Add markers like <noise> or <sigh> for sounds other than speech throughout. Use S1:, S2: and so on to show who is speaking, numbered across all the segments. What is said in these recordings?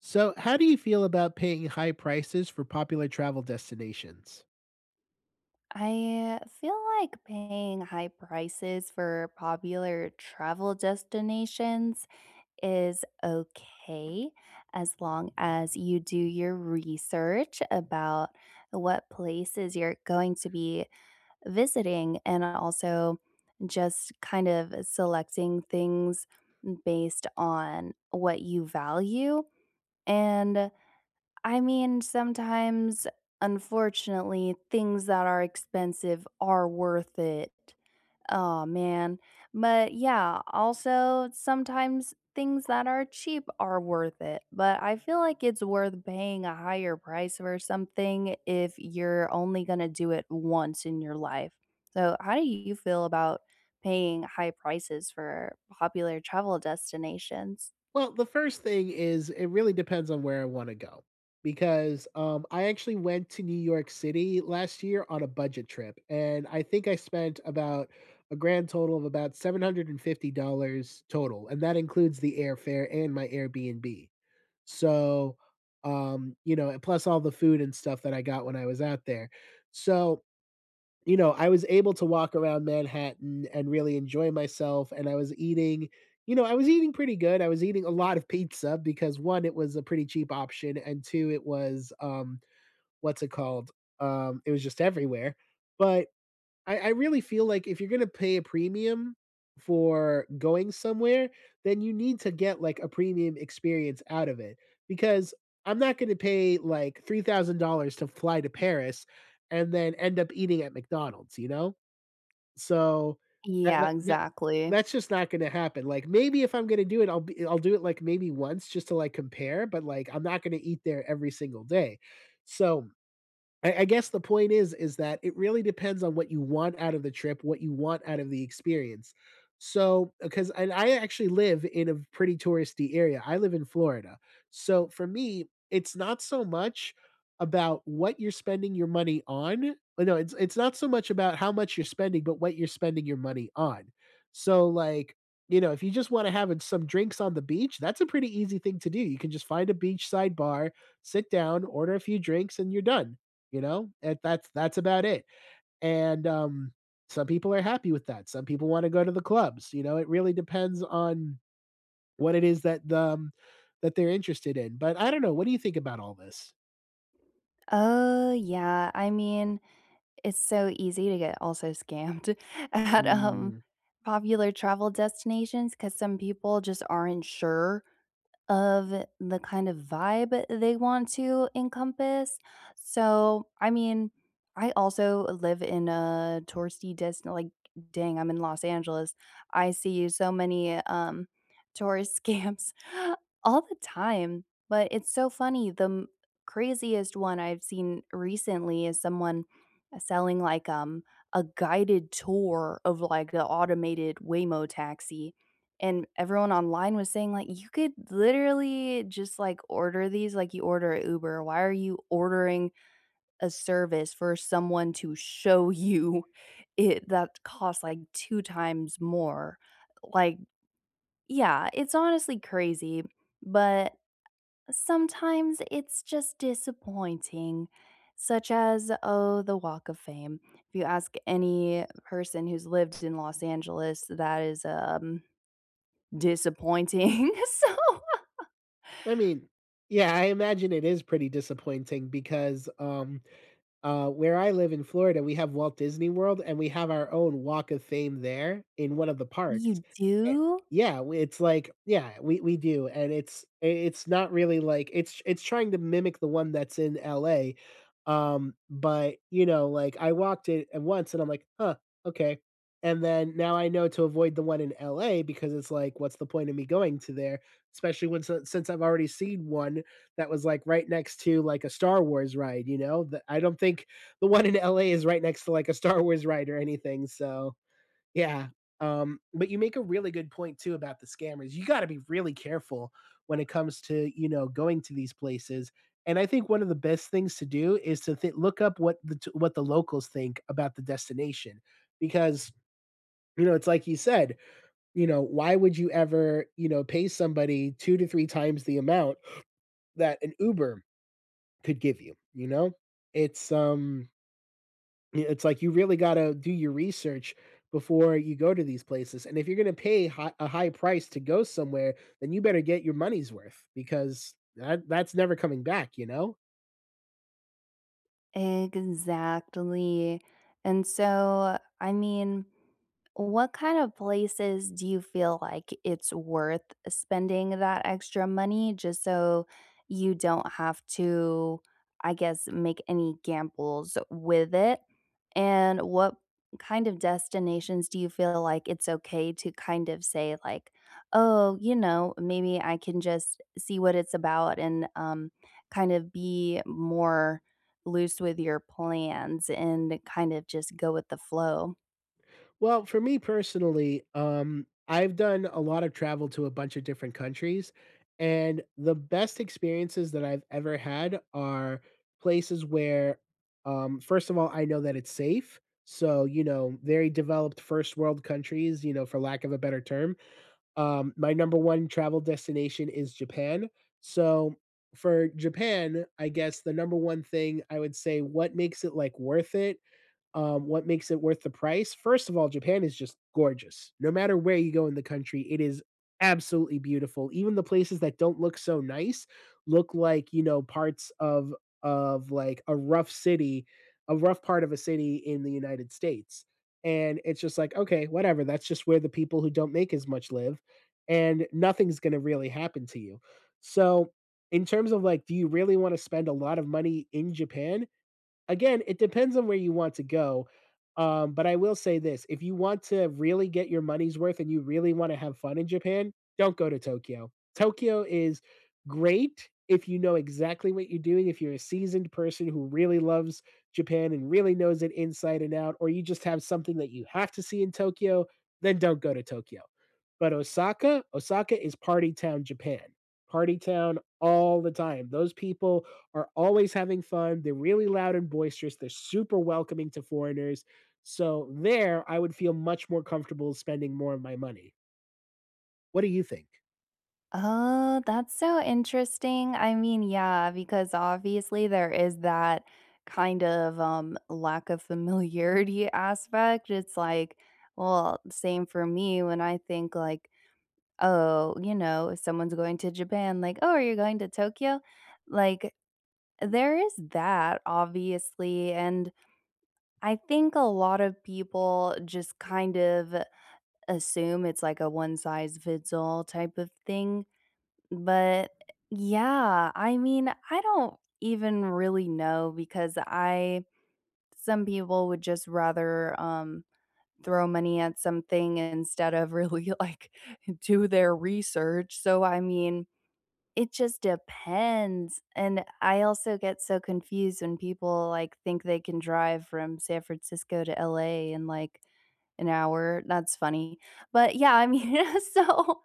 S1: So, how do you feel about paying high prices for popular travel destinations?
S2: I feel like paying high prices for popular travel destinations is okay as long as you do your research about what places you're going to be visiting, and also just kind of selecting things based on what you value. And sometimes, unfortunately, things that are expensive are worth it. Oh man. But yeah, also sometimes things that are cheap are worth it. But I feel like it's worth paying a higher price for something if you're only going to do it once in your life. So, how do you feel about paying high prices for popular travel destinations?
S1: Well, the first thing is it really depends on where I want to go because I actually went to New York City last year on a budget trip, and I think I spent about a grand total of about $750 total, and that includes the airfare and my Airbnb. So, plus all the food and stuff that I got when I was out there. So, you know, I was able to walk around Manhattan and really enjoy myself, and I was I was eating pretty good. I was eating a lot of pizza because, 1, it was a pretty cheap option, and 2, it was, what's it called? It was just everywhere, but I really feel like if you're gonna pay a premium for going somewhere, then you need to get like a premium experience out of it. Because I'm not gonna pay like $3,000 to fly to Paris and then end up eating at McDonald's, you know? So that,
S2: Yeah,
S1: that, that
S2: exactly.
S1: that's just not gonna happen. Like maybe if I'm gonna do it, I'll do it like maybe once just to like compare, but like I'm not gonna eat there every single day. So I guess the point is that it really depends on what you want out of the trip, what you want out of the experience. So, because and I actually live in a pretty touristy area. I live in Florida. So for me, it's not so much about what you're spending your money on. No, it's not so much about how much you're spending, but what you're spending your money on. So like, you know, if you just want to have some drinks on the beach, that's a pretty easy thing to do. You can just find a beachside bar, sit down, order a few drinks, and you're done. And that's about it. And Some people are happy with that. Some people want to go to the clubs. You know, it really depends on what it is that the that they're interested in. But I don't know, what do you think about all this?
S2: Oh, yeah. I mean, it's so easy to get also scammed <laughs> at,
S1: Mm,
S2: popular travel destinations because some people just aren't sure of the kind of vibe they want to encompass. So, I mean, I also live in a touristy destin like, dang, I'm in Los Angeles. I see so many tourist scams <laughs> all the time, but it's so funny. The craziest one I've seen recently is someone selling like a guided tour of like the automated Waymo taxi, and everyone online was saying, like, "You could literally just, like, order these like you order a Uber. Why are you ordering a service for someone to show you <laughs> it that costs, like, 2 times more?" Like, yeah, it's honestly crazy, but sometimes it's just disappointing, such as, oh, the Walk of Fame. If you ask any person who's lived in Los Angeles, that is, disappointing, <laughs> so
S1: I mean, yeah, I imagine it is pretty disappointing because where I live in Florida, we have Walt Disney World, and we have our own Walk of Fame there in one of the parks.
S2: You
S1: Eh
S2: do?
S1: yeah, we it's like, yeah, we do, and it's not really like it's trying to mimic the one that's in LA, but, you know, like, I walked it and once, and I'm like, "Huh, okay," and then now I know to avoid the one in LA because it's like, what's the point of me going to there, especially when si since I've already seen one that was like right next to like a Star Wars ride, you know? I don't think the one in LA is right next to like a Star Wars ride or anything. So, yeah. But you make a really good point too about the scammers. You got to be really careful when it comes to, you know, going to these places. And I think one of the best things to do is to look up what what the locals think about the destination because you know, it's like you said, you know, why would you ever, you know, pay somebody 2 to 3 times the amount that an Uber could give you, you know? It's um it's like you really got to do your research before you go to these places. And if you're going to pay a high price to go somewhere, then you better get your money's worth because that's never coming back, you know?
S2: Exactly. And so, I mean, what kind of places do you feel like it's worth spending that extra money just so you don't have to, I guess, make any gambles with it? And what kind of destinations do you feel like it's okay to kind of say, like, oh, you know, maybe I can just see what it's about, and kind of be more loose with your plans and kind of just go with the flow.
S1: Well, for me personally, I've done a lot of travel to a bunch of different countries, and the best experiences that I've ever had are places where, first of all, I know that it's safe. So, you know, very developed first world countries, you know, for lack of a better term. My number one travel destination is Japan. So, for Japan, I guess the number one thing I would say what makes it like worth it, what makes it worth the price? First of all, Japan is just gorgeous. No matter where you go in the country, it is absolutely beautiful. Even the places that don't look so nice look like, you know, parts of like a rough city, a rough part of a city in the United States. And it's just like, okay, whatever. That's just where the people who don't make as much live, and nothing's going to really happen to you. So, in terms of like, do you really want to spend a lot of money in Japan? Again, it depends on where you want to go. But I will say this, if you want to really get your money's worth and you really wanna have fun in Japan, don't go to Tokyo. Tokyo is great if you know exactly what you're doing, if you're a seasoned person who really loves Japan and really knows it inside and out, or you just have something that you have to see in Tokyo, then don't go to Tokyo. But Osaka, Osaka is party town Japan. Party town all the time. Those people are always having fun. They're really loud and boisterous. They're super welcoming to foreigners. So there, I would feel much more comfortable spending more of my money. What do you think?
S2: Oh, that's so interesting. I mean, yeah, because obviously there is that kind of lack of familiarity <laughs> aspect. It's like, well, same for me when I think like, oh, you know, if someone's going to Japan, like, oh, are you going to Tokyo? Like there is that obviously, and I think a lot of people just kind of assume it's like a one size fits all type of thing. But yeah, I mean, I don't even really know because I some people would just rather throw money at something instead of really <laughs> like do their research. So I mean, it just depends, and I also get so confused when people, like, think they can drive from San Francisco to LA in, like, an hour. That's funny, but yeah, I mean, <laughs> so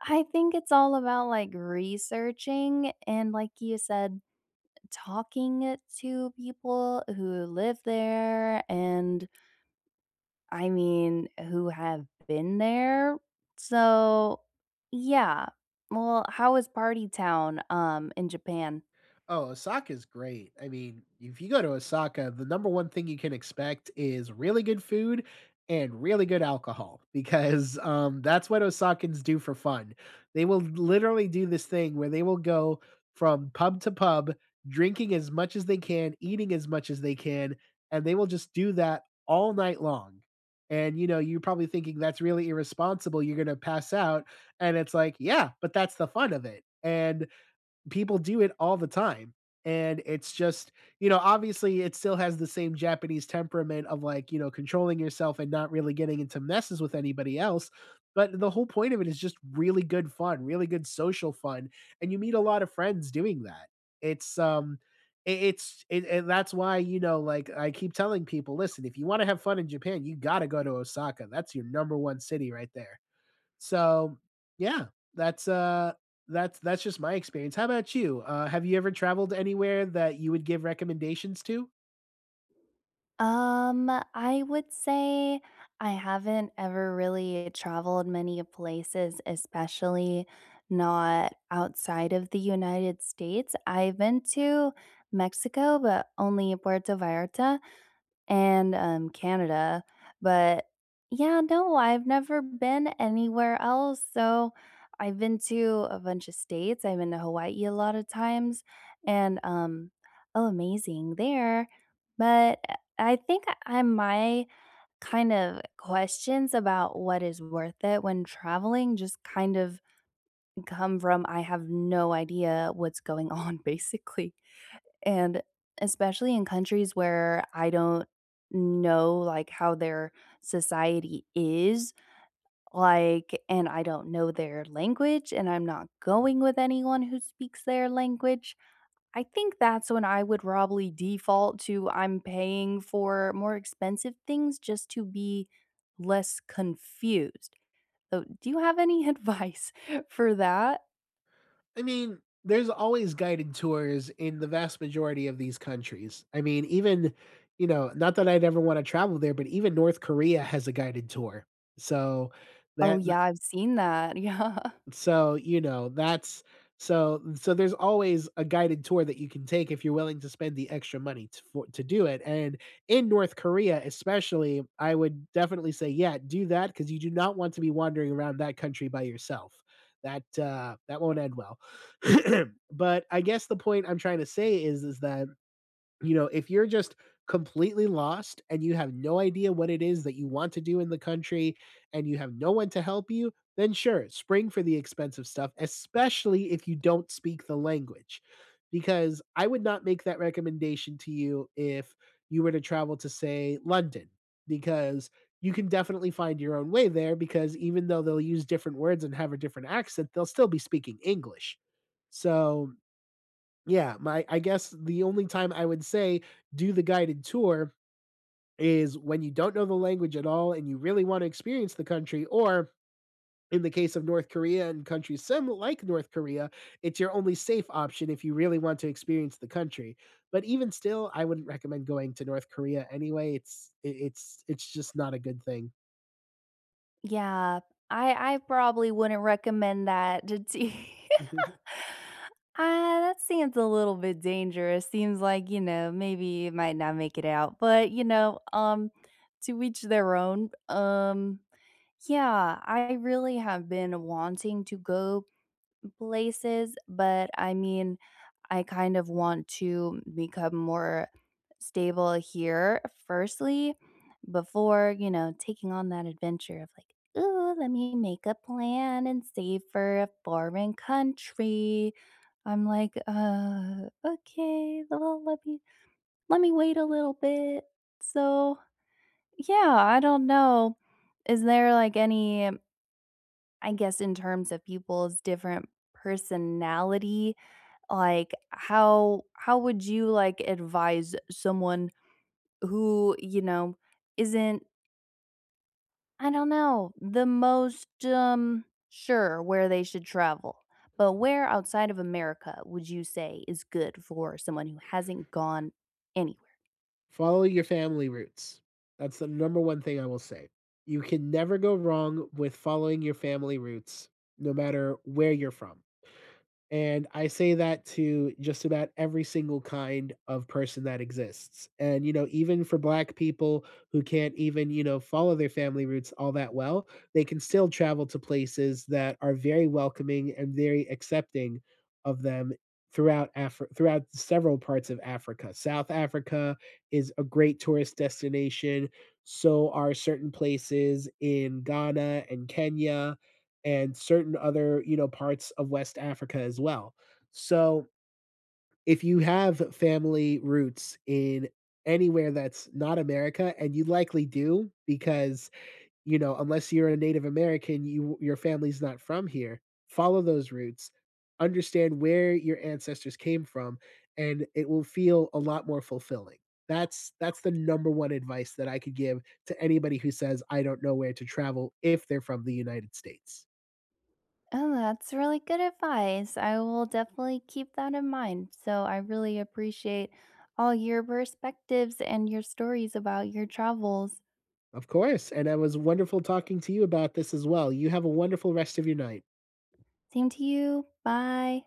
S2: I think it's all about, like, researching and, like you said, talking to people who live there, and I mean, who have been there. So, yeah. Well, how is Party Town in Japan?
S1: Oh, Osaka's great. I mean, if you go to Osaka, the number one thing you can expect is really good food and really good alcohol <laughs> because that's what Osakans do for fun. They will literally do this thing where they will go from pub to pub, drinking as much as they can, eating as much as they can, and they will just do that all night long. And you know, you're probably thinking that's really irresponsible. You're going to pass out. And it's like, yeah, but that's the fun of it. And people do it all the time, and it's just, you know, obviously it still has the same Japanese temperament of, like, you know, controlling yourself and not really getting into messes with anybody else. But the whole point of it is just really good fun, really good social fun, and you meet a lot of friends doing that. it's um and that's why, you know, like, I keep telling people, listen, if you want to have fun in Japan you got to go to Osaka. That's your number one city right there. So, yeah, that's uh that's just my experience. How about you? Have you ever traveled anywhere that you would give recommendations to?
S2: I would say I haven't ever really traveled many places, especially not outside of the United States. I've been to Mexico, but only Puerto Vallarta and, Canada, but yeah, no, I've never been anywhere else, so I've been to a bunch of states, I've been to Hawaii a lot of times, and, oh, amazing there, but I think I my kind of questions about what is worth it when traveling just kind of come from I have no idea what's going on, <laughs> basically. And especially in countries where I don't know like how their society is, like, and I don't know their language and I'm not going with anyone who speaks their language, I think that's when I would probably default to I'm paying for more expensive things just to be less confused. So do you have any <laughs> advice for that?
S1: I mean, there's always guided tours in the vast majority of these countries. I mean, even, you know, not that I'd ever want to travel there, but even North Korea has a guided tour. So
S2: Oh
S1: that
S2: yeah, I've seen that. <laughs> Yeah.
S1: So, you know, that's, so there's always a guided tour that you can take if you're willing to spend the extra money to for to do it. And in North Korea especially, I would definitely say, yeah, do that because you do not want to be wandering around that country by yourself. That, that won't end well. <clears throat> But I guess the point I'm trying to say is that, you know, if you're just completely lost and you have no idea what it is that you want to do in the country and you have no one to help you, then sure, spring for the expensive stuff, especially if you don't speak the language. Because I would not make that recommendation to you if you were to travel to, say, London, because you can definitely find your own way there. Because even though they'll use different words and have a different accent, they'll still be speaking English. So yeah, my I guess the only time I would say do the guided tour is when you don't know the language at all and you really want to experience the country, or in the case of North Korea and countries sim like North Korea, it's your only safe option if you really want to experience the country. But even still, I wouldn't recommend going to North Korea anyway. It's just not a good thing.
S2: Yeah, I probably wouldn't recommend that to t <laughs>
S1: <laughs>
S2: Ah, that seems a little bit dangerous. Seems like, you know, maybe you might not make it out, but, you know, to each their own. Yeah, I really have been wanting to go places, but I mean I kind of want to become more stable here, firstly, before, you know, taking on that adventure of like, ooh, let me make a plan and save for a foreign country. I'm like, okay, well, let me wait a little bit. So, yeah, I don't know. Is there like any, I guess, in terms of people's different personality? Like, how would you like advise someone who you know isn't I don't know the most sure where they should travel, but where outside of America would you say is good for someone who hasn't gone anywhere?
S1: Follow your family roots. That's the number one thing I will say. You can never go wrong with following your family roots, no matter where you're from. And I say that to just about every single kind of person that exists. And, you know, even for black people who can't even, you know, follow their family roots all that well, they can still travel to places that are very welcoming and very accepting of them throughout throughout several parts of Africa. South Africa is a great tourist destination. So are certain places in Ghana and Kenya and certain other, you know, parts of West Africa as well. So, if you have family roots in anywhere that's not America, and you likely do because, you know, unless you're a Native American, your family's not from here, follow those roots, understand where your ancestors came from, and it will feel a lot more fulfilling. That's the number one advice that I could give to anybody who says, "I don't know where to travel," if they're from the United States.
S2: Oh, that's really good advice. I will definitely keep that in mind. So I really appreciate all your perspectives and your stories about your travels.
S1: Of course, and it was wonderful talking to you about this as well. You have a wonderful rest of your night.
S2: Same to you. Bye.